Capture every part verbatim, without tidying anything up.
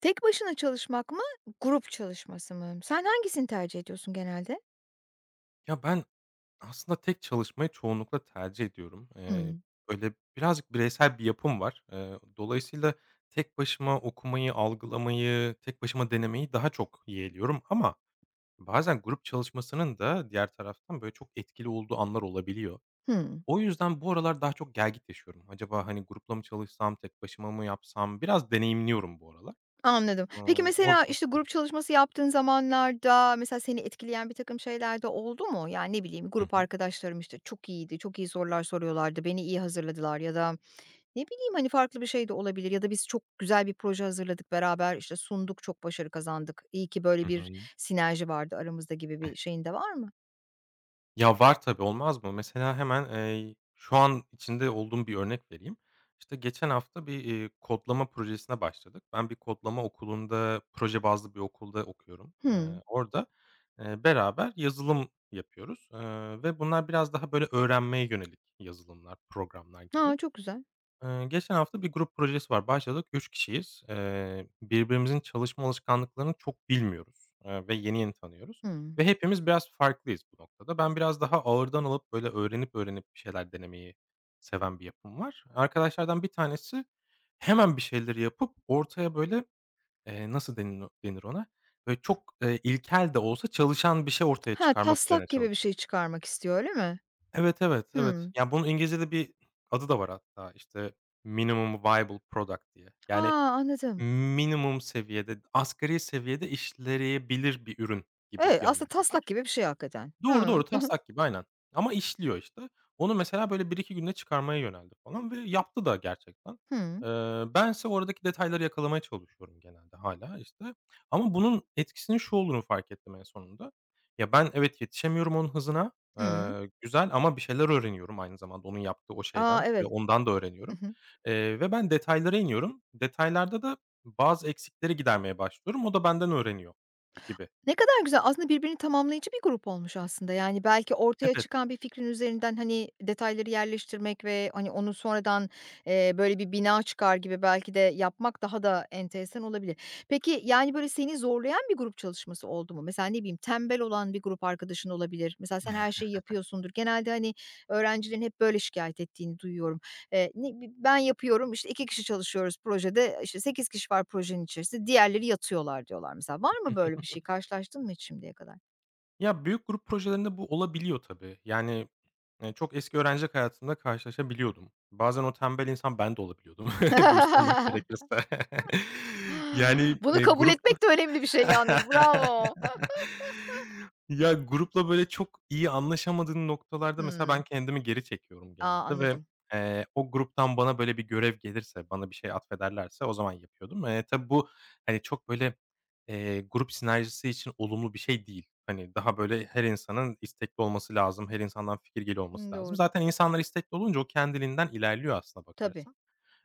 Tek başına çalışmak mı, grup çalışması mı? Sen hangisini tercih ediyorsun genelde? Ya, ben aslında tek çalışmayı çoğunlukla tercih ediyorum. Eee, Hımm. Böyle, birazcık bireysel bir yapım var. Eee, dolayısıyla tek başıma okumayı, algılamayı, tek başıma denemeyi daha çok yeğliyorum ama bazen grup çalışmasının da diğer taraftan, böyle, çok etkili olduğu anlar olabiliyor. Hımm. O yüzden bu aralar daha çok gelgit yaşıyorum. Acaba, hani, grupla mı çalışsam, tek başıma mı yapsam? Biraz deneyimliyorum bu aralar. Anladım. Peki, Iıı, mesela, işte, grup çalışması yaptığın zamanlarda, mesela, seni etkileyen birtakım şeyler de oldu mu? Yani, ne bileyim, Hı grup hı. arkadaşlarım, işte, çok iyiydi, çok iyi sorular soruyorlardı, beni iyi hazırladılar ya da ne bileyim, hani, farklı bir şey de olabilir ya da biz çok güzel bir proje hazırladık beraber, işte, sunduk, çok başarı kazandık, iyi ki böyle Hı bir hı. sinerji vardı aramızda gibi bir şeyin de var mı? Ya, var tabii, olmaz mı? Mesela hemen, eee, şu an içinde olduğum bir örnek vereyim. İşte geçen hafta bir, eee, kodlama projesine başladık. Ben bir kodlama okulunda, proje bazlı bir okulda okuyorum. Hımm. Eee, orada, eee, beraber yazılım yapıyoruz, eee, ve bunlar biraz daha böyle öğrenmeye yönelik yazılımlar, programlar gibi. A, çok güzel. Eee, geçen hafta bir grup projesi var. Başladık, üç kişiyiz. Eee, birbirimizin çalışma alışkanlıklarını çok bilmiyoruz, eee, ve yeni yeni tanıyoruz Hımm. ve hepimiz biraz farklıyız bu noktada. Ben biraz daha ağırdan alıp, böyle, öğrenip öğrenip bir şeyler denemeyi seven bir yapım var. Arkadaşlardan bir tanesi hemen bir şeyleri yapıp ortaya, böyle, eee, nasıl denir denir ona? Böyle, çok, eee, ilkel de olsa çalışan bir şey ortaya Ha, çıkarmak üzerine taslak gibi bir çalışıyor. şey çıkarmak istiyor, öyle mi? Evet, evet, evet. Hımm. Ya, bunun İngilizce'de bir adı da var hatta, işte, minimum viable product diye. Ha, Yani anladım. minimum seviyede, asgari seviyede işleyebilir bir ürün gibi Evet, bir aslında anlamı taslak var. gibi bir şey hakikaten. Doğru, Hıı. doğru. Hı hı. Taslak gibi aynen ama işliyor işte. Onu mesela böyle bir iki günde çıkarmaya yöneldi falan ve yaptı da gerçekten. Hıı. Eee, bense oradaki detayları yakalamaya çalışıyorum genelde hala işte. Ama bunun etkisinin şu olduğunu fark ettim en sonunda. Ya, ben evet yetişemiyorum onun hızına, Hıı. eee, güzel ama bir şeyler öğreniyorum aynı zamanda onun yaptığı o A, şeyden ve evet. ondan da Hı öğreniyorum. hı. Eee, ve ben detaylara iniyorum. Detaylarda da bazı eksikleri gidermeye başlıyorum. O da benden öğreniyor gibi. Ne kadar güzel. Aslında birbirini tamamlayıcı bir grup olmuş aslında. Yani belki ortaya Evet. çıkan bir fikrin üzerinden, hani, detayları yerleştirmek ve, hani, onu sonradan, eee, böyle bir bina çıkar gibi belki de yapmak daha da enteresan olabilir. Peki, yani, böyle, seni zorlayan bir grup çalışması oldu mu? Mesela, ne bileyim, tembel olan bir grup arkadaşın olabilir. Mesela sen her şeyi yapıyorsundur. Genelde, hani, öğrencilerin hep böyle şikayet ettiğini duyuyorum. Eee, ni bi Ben yapıyorum, işte, iki kişi çalışıyoruz projede, işte, sekiz kişi var projenin içerisinde, diğerleri yatıyorlar diyorlar mesela. Var mı böyle bir şey? Karşılaştın mı hiç şimdiye kadar? Ya, büyük grup projelerinde bu olabiliyor tabii. Yani, eee, çok eski öğrencilik hayatımda karşılaşabiliyordum. Bazen o tembel insan ben de olabiliyordum dürüst olmak gerekirse. Yani, Bunu eee, kabul grup etmek de önemli bir şey yalnız. Bravo. Ya, grupla, böyle, çok iyi anlaşamadığın noktalarda mesela ben Hımm. kendimi geri çekiyorum A, genelde ve, anladım. eee, o gruptan bana, böyle, bir görev gelirse, bana bir şey atfederlerse o zaman yapıyordum. Eee, tabii bu, hani, çok, böyle, eee, grup sinerjisi için olumlu bir şey değil. Hani, daha, böyle, her insanın istekli olması lazım, her insandan fikir geliyor Hımm, olması lazım. doğru. Zaten insanlar istekli olunca o kendiliğinden ilerliyor aslına Tabii. bakarsan.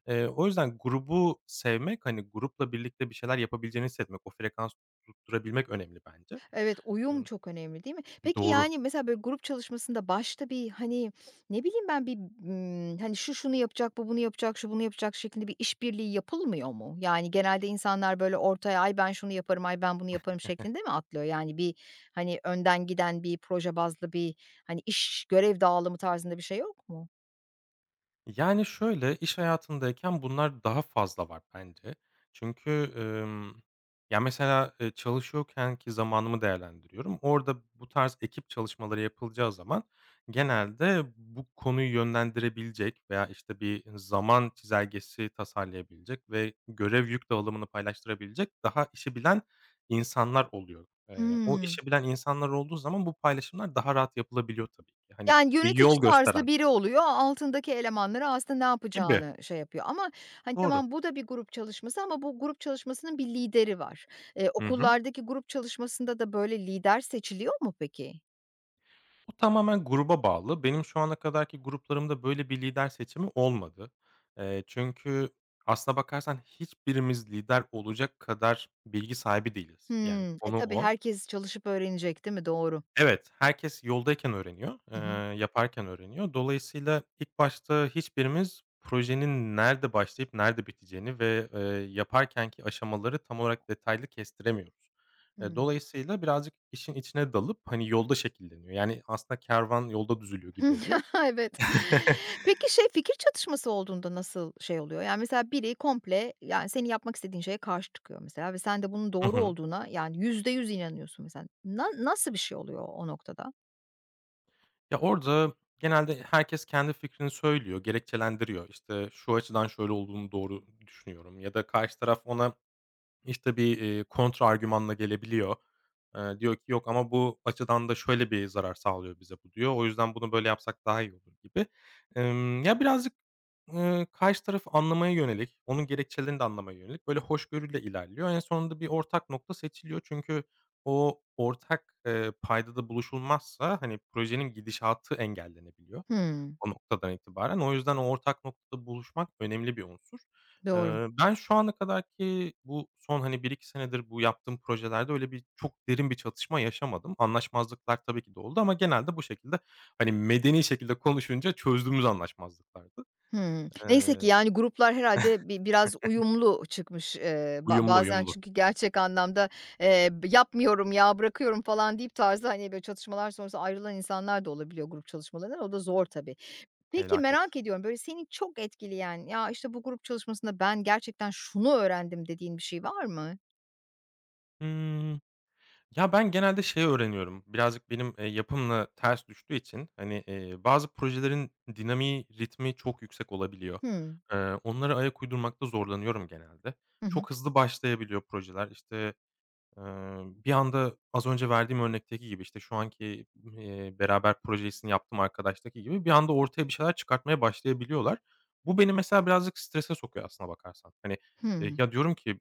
Eee, o yüzden grubu sevmek, hani, grupla birlikte bir şeyler yapabileceğini hissetmek, o frekansı tutturabilmek önemli bence. Evet, Eee, uyum çok önemli değil mi? Peki, doğru. yani, mesela, böyle, grup çalışmasında başta bir, hani, ne bileyim ben, bir, ımm, hani, şu şunu yapacak, bu bunu yapacak, şu bunu yapacak şeklinde bir işbirliği yapılmıyor mu? Yani, genelde insanlar, böyle, ortaya, "Ay, ben şunu yaparım, ay, ben bunu yaparım." şeklinde mi atlıyor? Yani, bir, hani, önden giden bir proje bazlı bir, hani, iş görev dağılımı tarzında bir şey yok mu? Yani, şöyle, iş hayatındayken bunlar daha fazla var bence. Çünkü, emm, ya, mesela, e, çalışıyorken ki zamanımı değerlendiriyorum. Orada bu tarz ekip çalışmaları yapılacağı zaman genelde bu konuyu yönlendirebilecek veya, işte, bir zaman çizelgesi tasarlayabilecek ve görev yük dağılımını paylaştırabilecek daha işi bilen insanlar oluyor. Eee, o Hıı. işi bilen insanlar olduğu zaman bu paylaşımlar daha rahat yapılabiliyor tabii ki. Hani, Yani, bir yönetici yol tarzda gösteren biri oluyor, altındaki elemanlara aslında ne gibi. yapacağını şey yapıyor ama, hani, Doğru. tamam bu da bir grup çalışması ama bu grup çalışmasının bir lideri var. Eee, Hı hı. Okullardaki grup çalışmasında da böyle lider seçiliyor mu peki? Bu tamamen gruba bağlı. Benim şu ana kadarki gruplarımda böyle bir lider seçimi olmadı. Eee, çünkü aslına bakarsan hiçbirimiz lider olacak kadar bilgi sahibi değiliz. Yani Hımm. E, konu tabii o. herkes çalışıp öğrenecek değil mi? Doğru. Evet, herkes yoldayken öğreniyor, Hı hı. eee, yaparken öğreniyor. Dolayısıyla ilk başta hiçbirimiz projenin nerede başlayıp nerede biteceğini ve, eee, yaparkenki aşamaları tam olarak detaylı kestiremiyoruz. Eee, Hıı. Dolayısıyla birazcık işin içine dalıp, hani, yolda şekilleniyor. Yani, aslında kervan yolda düzülüyor gibi oluyor. Evet. Peki, şey, fikir çatışması olduğunda nasıl şey oluyor? Yani, mesela biri komple, yani, senin yapmak istediğin şeye karşı çıkıyor mesela ve sen de bunun Hı doğru hı. olduğuna, yani, yüzde yüz inanıyorsun mesela. Na nasıl bir şey oluyor o noktada? Ya, orada genelde herkes kendi fikrini söylüyor, gerekçelendiriyor. İşte, "Şu açıdan şöyle olduğunu doğru düşünüyorum." ya da karşı taraf ona İşte, bir, eee, argümanla gelebiliyor. Eee, diyor ki, "Yok ama bu açıdan da şöyle bir zarar sağlıyor bize bu." diyor. "O yüzden bunu böyle yapsak daha iyi olur." gibi. Emm, ya, birazcık, eee, karşı tarafı anlamaya yönelik, onun gerekçelerini de anlamaya yönelik böyle hoşgörüyle ilerliyor. En sonunda bir ortak nokta seçiliyor. Çünkü o ortak, eee, paydada buluşulmazsa, hani, projenin gidişatı engellenebiliyor Hımm. o noktadan itibaren. O yüzden o ortak noktada buluşmak önemli bir unsur. Doğru. Eee, ben şu ana kadarki bu son, hani, bir iki senedir bu yaptığım projelerde öyle bir çok derin bir çatışma yaşamadım. Anlaşmazlıklar tabii ki de oldu ama genelde bu şekilde, hani, medeni şekilde konuşunca çözdüğümüz anlaşmazlıklardı. Hımm. Neyse ki Eee, yani gruplar herhâlde bi biraz uyumlu çıkmış. Eee, ba Uyumlu, bazen uyumlu. çünkü gerçek anlamda, eee, b "Yapmıyorum ya, bırakıyorum." falan deyip tarzda, hani, böyle çatışmalar sonrası ayrılan insanlar da olabiliyor grup çalışmalarından. O da zor tabii. Peki Felaket. merak ediyorum, böyle seni çok etkileyen, "Ya, işte, bu grup çalışmasında ben gerçekten şunu öğrendim." dediğin bir şey var mı? Hımm, Ya, ben genelde şey öğreniyorum, birazcık benim, eee, yapımla ters düştüğü için, hani, eee, bazı projelerin dinamiği, ritmi çok yüksek olabiliyor. Hımm. Eee, onlara ayak uydurmakta zorlanıyorum genelde. Hı hı. Çok hızlı başlayabiliyor projeler. İşte Eee, bir anda az önce verdiğim örnekteki gibi, işte, şu anki, eee, beraber projesini yaptığım arkadaştaki gibi bir anda ortaya bir şeyler çıkartmaya başlayabiliyorlar. Bu beni mesela birazcık strese sokuyor aslına bakarsan. Hani, eee, Hımm. ya, diyorum ki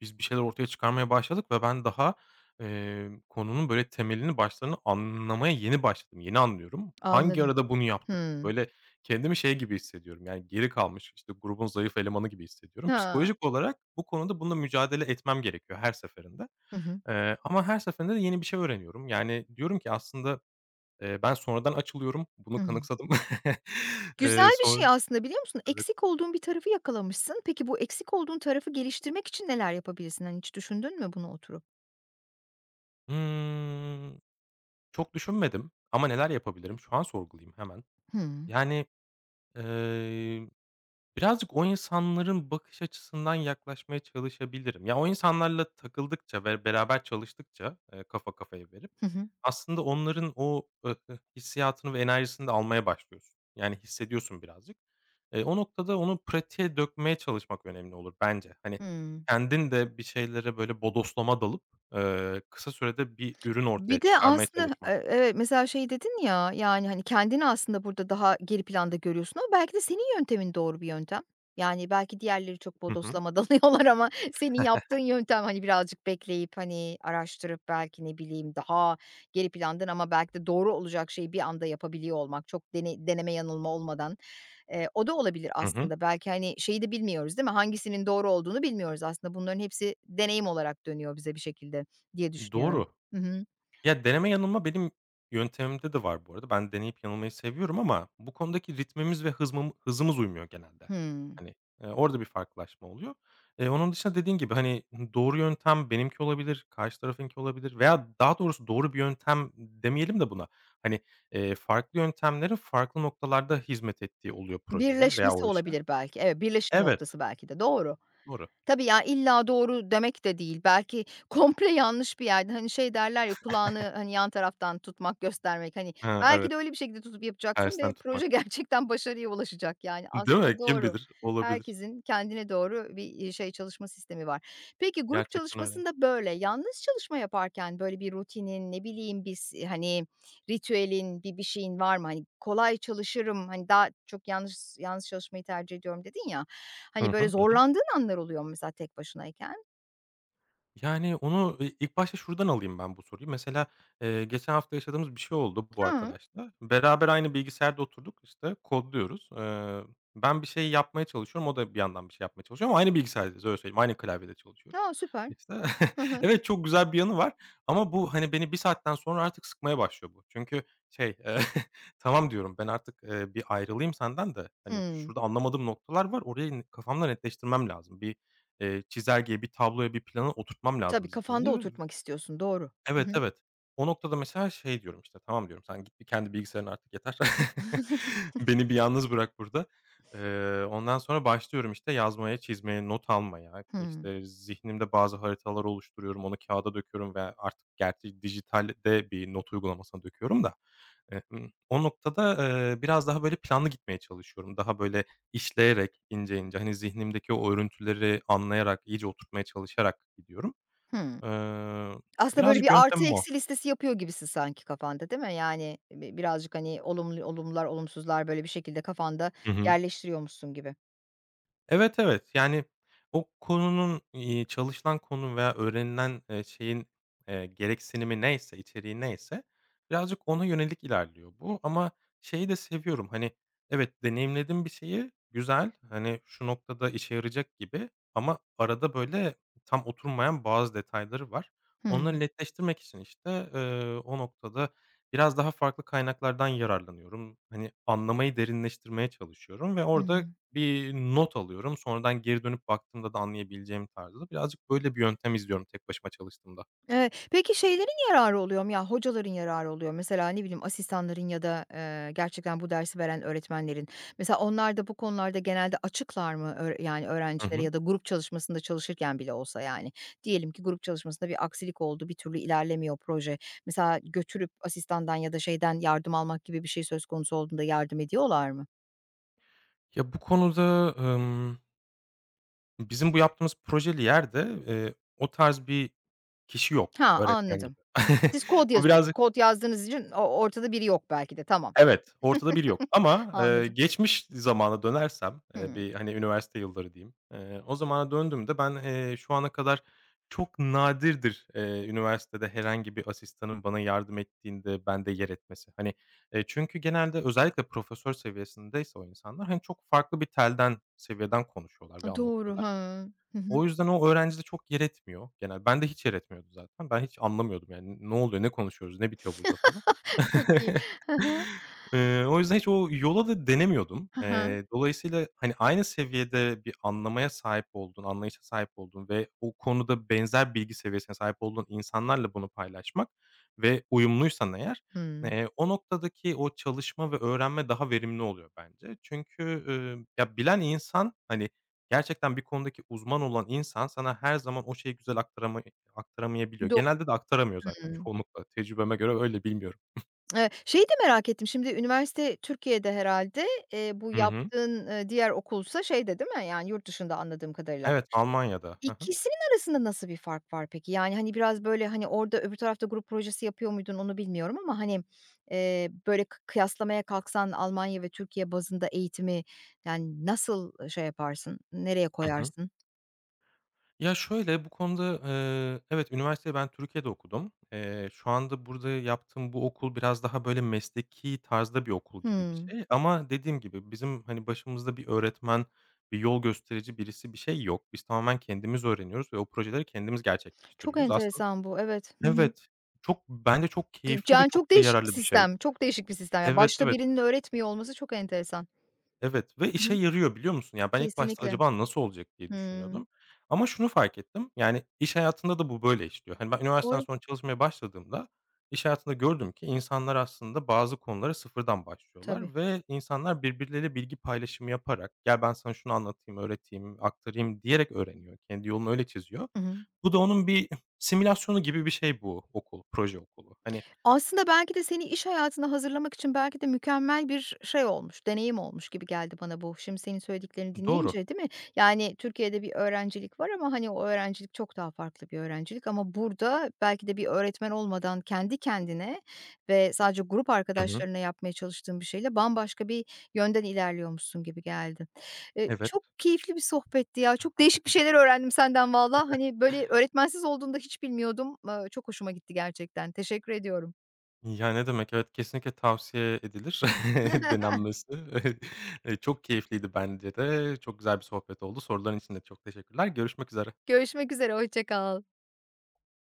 biz bir şeyler ortaya çıkarmaya başladık ve ben daha, eee, konunun böyle temelini, başlarını anlamaya yeni başladım. Yeni anlıyorum. Hangi Anladım. arada bunu yaptık? Hımm. Böyle kendimi şey gibi hissediyorum, yani, geri kalmış, işte, grubun zayıf elemanı gibi hissediyorum. Ha. Psikolojik olarak bu konuda bununla mücadele etmem gerekiyor her seferinde. Hı hı. Eee, ama her seferinde de yeni bir şey öğreniyorum. Yani, diyorum ki aslında, eee, ben sonradan açılıyorum. Hı Bunu hı. kanıksadım. Eee, Güzel bir Sonra şey aslında, biliyor musun? evet. Eksik olduğun bir tarafı yakalamışsın. Peki, bu eksik olduğun tarafı geliştirmek için neler yapabilirsin? Hani, hiç düşündün mü bunu oturup? Hımm, Çok düşünmedim ama neler yapabilirim? Şu an sorgulayayım hemen. Hımm. Yani, eee birazcık o insanların bakış açısından yaklaşmaya çalışabilirim. Ya, o insanlarla takıldıkça ve beraber çalıştıkça, eee, kafa kafaya verip Hı hı. aslında onların o, ıh, ıh, hissiyatını ve enerjisini de almaya başlıyorsun. Yani hissediyorsun birazcık. Eee, o noktada onu pratiğe dökmeye çalışmak önemli olur bence. Hani, Hımm. kendin de bir şeylere böyle bodoslama dalıp, eee, kısa sürede bir ürün ortaya Bir de çıkarmaya aslında, çalışmak. eee, evet, mesela şey dedin ya, yani, hani, kendini aslında burada daha geri planda görüyorsun ama belki de senin yöntemin doğru bir yöntem. Yani, belki diğerleri çok Hı hı. bodoslama dalıyorlar ama senin yaptığın yöntem, hani, birazcık bekleyip, hani, araştırıp belki, ne bileyim, daha geri plandan ama belki de doğru olacak şeyi bir anda yapabiliyor olmak. Çok dene deneme yanılma olmadan. Eee, o da olabilir Hı hı. aslında. Belki, hani, şeyi de bilmiyoruz, değil mi? Hangisinin doğru olduğunu bilmiyoruz aslında. Bunların hepsi deneyim olarak dönüyor bize bir şekilde diye düşünüyorum. Doğru. Hı hı. Ya, deneme yanılma benim yöntemimde de var bu arada. Ben deneyip yanılmayı seviyorum ama bu konudaki ritmimiz ve hızmım hızımız uymuyor genelde. Hımm. Hani, eee, orada bir farklılaşma oluyor. Eee, onun dışında dediğin gibi, hani, doğru yöntem benimki olabilir, karşı tarafınki olabilir veya daha doğrusu doğru bir yöntem demeyelim de buna. Hani, eee, farklı yöntemlerin farklı noktalarda hizmet ettiği oluyor projeye veya Birleşmesi o işe. olabilir belki. Evet, birleşim Evet, noktası belki de. Doğru. doğru. Tabii ya, illa doğru demek de değil. Belki komple yanlış bir yerden, hani, şey derler ya, kulağını, hani, yan taraftan tutmak, göstermek. Hani, Ha, belki evet, de öyle bir şekilde tutup yapacaksın tersten ve tutmak. proje gerçekten başarıya ulaşacak, yani. Değil Aslında mi? Kim doğru. bilir? Olabilir. Herkesin kendine doğru bir, iii, şey, çalışma sistemi var. Peki grup Gerçekten öyle. çalışmasında böyle, yalnız çalışma yaparken böyle bir rutinin, ne bileyim, bir s hani, ritüelin, bir bir şeyin var mı? Hani, kolay çalışırım, hani, daha çok yalnız yalnız çalışmayı tercih ediyorum dedin ya. Hı. Hani, böyle Hı. zorlandığın anlar oluyor mu mesela tek başınayken? Yani, onu, eee, ilk başta şuradan alayım ben bu soruyu. Mesela, eee, geçen hafta yaşadığımız bir şey oldu bu Hıı. arkadaşla. Beraber aynı bilgisayarda oturduk, işte, kodluyoruz. Eee, ben bir şey yapmaya çalışıyorum, o da bir yandan bir şey yapmaya çalışıyor ama aynı bilgisayardayız, öyle söyleyeyim. Aynı klavyede çalışıyoruz. A, süper. İşte, Hı hı. evet, çok güzel bir yanı var ama bu, hani, beni bir saatten sonra artık sıkmaya başlıyor bu. Çünkü şey, eee, "Tamam." diyorum, "Ben artık, eee, bir ayrılayım senden de, hani, Hımm. şurada anlamadığım noktalar var, orayı kafamda netleştirmem lazım. Bir eee, çizelgeye, bir tabloya, bir plana oturtmam Tabii, lazım kafanda zihnimde ve oturtmak istiyorsun, doğru. Hı Evet, hı. evet. O noktada mesela şey diyorum, işte, "Tamam." diyorum, "Sen git bir kendi bilgisayarına artık yeter. Beni bir yalnız bırak burada." Eee, ondan sonra başlıyorum, işte, yazmaya, çizmeye, not almaya, Hımm. işte, zihnimde bazı haritalar oluşturuyorum, onu kağıda döküyorum ve artık gerçi dijitalde bir not uygulamasına döküyorum da, emm, o noktada, eee, biraz daha böyle planlı gitmeye çalışıyorum. Daha böyle işleyerek, ince ince, hani, zihnimdeki o örüntüleri anlayarak, iyice oturtmaya çalışarak gidiyorum. Hımm. Eee, Aslında böyle Birazcık bir artı yöntemim o. eksi listesi yapıyor gibisin sanki kafanda, değil mi? Yani, bi birazcık, hani, olumlu olumlular, olumsuzlar böyle bir şekilde kafanda Hı hı. yerleştiriyormuşsun gibi. Evet, evet. Yani o konunun, iii, çalışılan konu veya öğrenilen, eee, şeyin, eee, gereksinimi neyse, içeriği neyse birazcık ona yönelik ilerliyor bu ama şeyi de seviyorum, hani, evet, deneyimledim bir şeyi, güzel, hani, şu noktada işe yarayacak gibi ama arada, böyle, tam oturmayan bazı detayları var. Hımm. Onları netleştirmek için, işte, eee, o noktada biraz daha farklı kaynaklardan yararlanıyorum. Hani, anlamayı derinleştirmeye çalışıyorum ve orada Hımm. bir not alıyorum. Sonradan geri dönüp baktığımda da anlayabileceğim tarzda birazcık böyle bir yöntem izliyorum tek başıma çalıştığımda. Evet. Peki şeylerin yararı oluyor mu? Ya, hocaların yararı oluyor. mu? Mesela, ne bileyim, asistanların ya da, eee, gerçekten bu dersi veren öğretmenlerin. Mesela onlar da bu konularda genelde açıklar mı? Öğ yani Hı öğrencilere hı. ya da grup çalışmasında çalışırken bile olsa yani. Diyelim ki grup çalışmasında bir aksilik oldu, bir türlü ilerlemiyor proje. Mesela götürüp asistandan ya da şeyden yardım almak gibi bir şey söz konusu olduğunda yardım ediyorlar mı? Ya, bu konuda, ımm, bizim bu yaptığımız projeli yerde, eee, o tarz bir kişi yok Ha, öğretmen gibi. anladım. Siz kod Bu yazıyorsunuz. birazcık Kod yazdığınız için o ortada biri yok belki de. Tamam. Evet, ortada bir yok ama, eee, Anladım. geçmiş zamana dönersem, eee, Hıı. bir, hani, üniversite yılları diyeyim, eee, o zamana döndüğümde ben, eee, şu ana kadar çok nadirdir, eee, üniversitede herhangi bir asistanın bana yardım ettiğinde bende yer etmesi. Hani, eee, çünkü genelde özellikle profesör seviyesindeyse o insanlar, hani, çok farklı bir telden, seviyeden konuşuyorlar ve A, doğru, anlatıyorlar. ha. Hı hı. O yüzden o öğrencide çok yer etmiyor genel. Bende hiç yer etmiyordu zaten. Ben hiç anlamıyordum yani. Ne oluyor, ne konuşuyoruz, ne bitiyor burada falan. Çok iyi. Hı hı. Eee, o yüzden hiç o yola da denemiyordum. Hı hı. Eee, dolayısıyla, hani, aynı seviyede bir anlamaya sahip olduğun, anlayışa sahip olduğun ve o konuda benzer bilgi seviyesine sahip olduğun insanlarla bunu paylaşmak ve uyumluysan eğer, Hımm. eee, o noktadaki o çalışma ve öğrenme daha verimli oluyor bence. Çünkü, ııı, ya, bilen insan, hani, gerçekten bir konudaki uzman olan insan sana her zaman o şeyi güzel aktarama aktaramayabiliyor. Do Genelde de aktaramıyor zaten Hımm. çoğunlukla. Tecrübeme göre öyle, bilmiyorum. Eee, şeyi de merak ettim, şimdi üniversite Türkiye'de herhâlde, eee, bu Hı hı. yaptığın, eee, diğer okulsa şeyde değil mi, yani, yurt dışında anladığım kadarıyla. Evet, Almanya'da. Hı hı. İkisinin arasında nasıl bir fark var peki? Yani, hani, biraz böyle, hani, orada öbür tarafta grup projesi yapıyor muydun onu bilmiyorum ama, hani, eee, böyle kı kıyaslamaya kalksan Almanya ve Türkiye bazında eğitimi, yani, nasıl, eee, şey yaparsın, nereye Hı hı. koyarsın? Ya, şöyle, bu konuda, eee, evet, üniversiteyi ben Türkiye'de okudum. Eee, şu anda burada yaptığım bu okul biraz daha, böyle, mesleki tarzda bir okul gibi bir Hımm. şey ama dediğim gibi bizim, hani, başımızda bir öğretmen, bir yol gösterici birisi, bir şey yok. Biz tamamen kendimiz öğreniyoruz ve o projeleri kendimiz Çok gerçekleştiriyoruz. Aslında enteresan bu, evet. Hı hı. Evet, çok bence çok D keyifli ve Yani çok çok da değişik bir yararlı bir şey. sistem, çok değişik bir sistem. Ya, Evet, başta evet. birinin öğretmiyor olması çok enteresan. Evet ve Hı işe hı. yarıyor, biliyor musun? Ya, ben ilk başta Kesinlikle. acaba nasıl olacak diye Hımm. düşünüyordum ama şunu fark ettim, yani, iş hayatında da bu böyle işliyor. Hani, ben üniversiteden Doğru. sonra çalışmaya başladığımda iş hayatında gördüm ki insanlar aslında bazı konulara sıfırdan Tabii. başlıyorlar ve insanlar birbirleriyle bilgi paylaşımı yaparak, "Gel, ben sana şunu anlatayım, öğreteyim, aktarayım." diyerek öğreniyor. Kendi yolunu öyle çiziyor. Hı hı. Bu da onun bir simülasyonu gibi bir şey bu okul, proje okulu. Hani Aslında belki de seni iş hayatına hazırlamak için belki de mükemmel bir şey olmuş, deneyim olmuş gibi geldi bana bu. Şimdi senin söylediklerini Doğru. dinleyince, değil mi? Yani Türkiye'de bir öğrencilik var ama hani o öğrencilik çok daha farklı bir öğrencilik ama burada belki de bir öğretmen olmadan kendi kendine ve sadece grup Hı hı. arkadaşlarına yapmaya çalıştığın bir şeyle bambaşka bir yönden ilerliyormuşsun gibi geldi. Eee, Evet. Çok keyifli bir sohbetti ya. Çok değişik bir şeyler öğrendim senden valla. Hani böyle öğretmensiz olduğunda hiç bilmiyordum. Eee, çok hoşuma gitti gerçekten. Teşekkür ediyorum. Ya, ne demek, evet, kesinlikle tavsiye edilir denenmesi. Eee, çok keyifliydi bence de. Çok güzel bir sohbet oldu. Soruların için de çok teşekkürler. Görüşmek üzere. Görüşmek üzere, hoşça kal.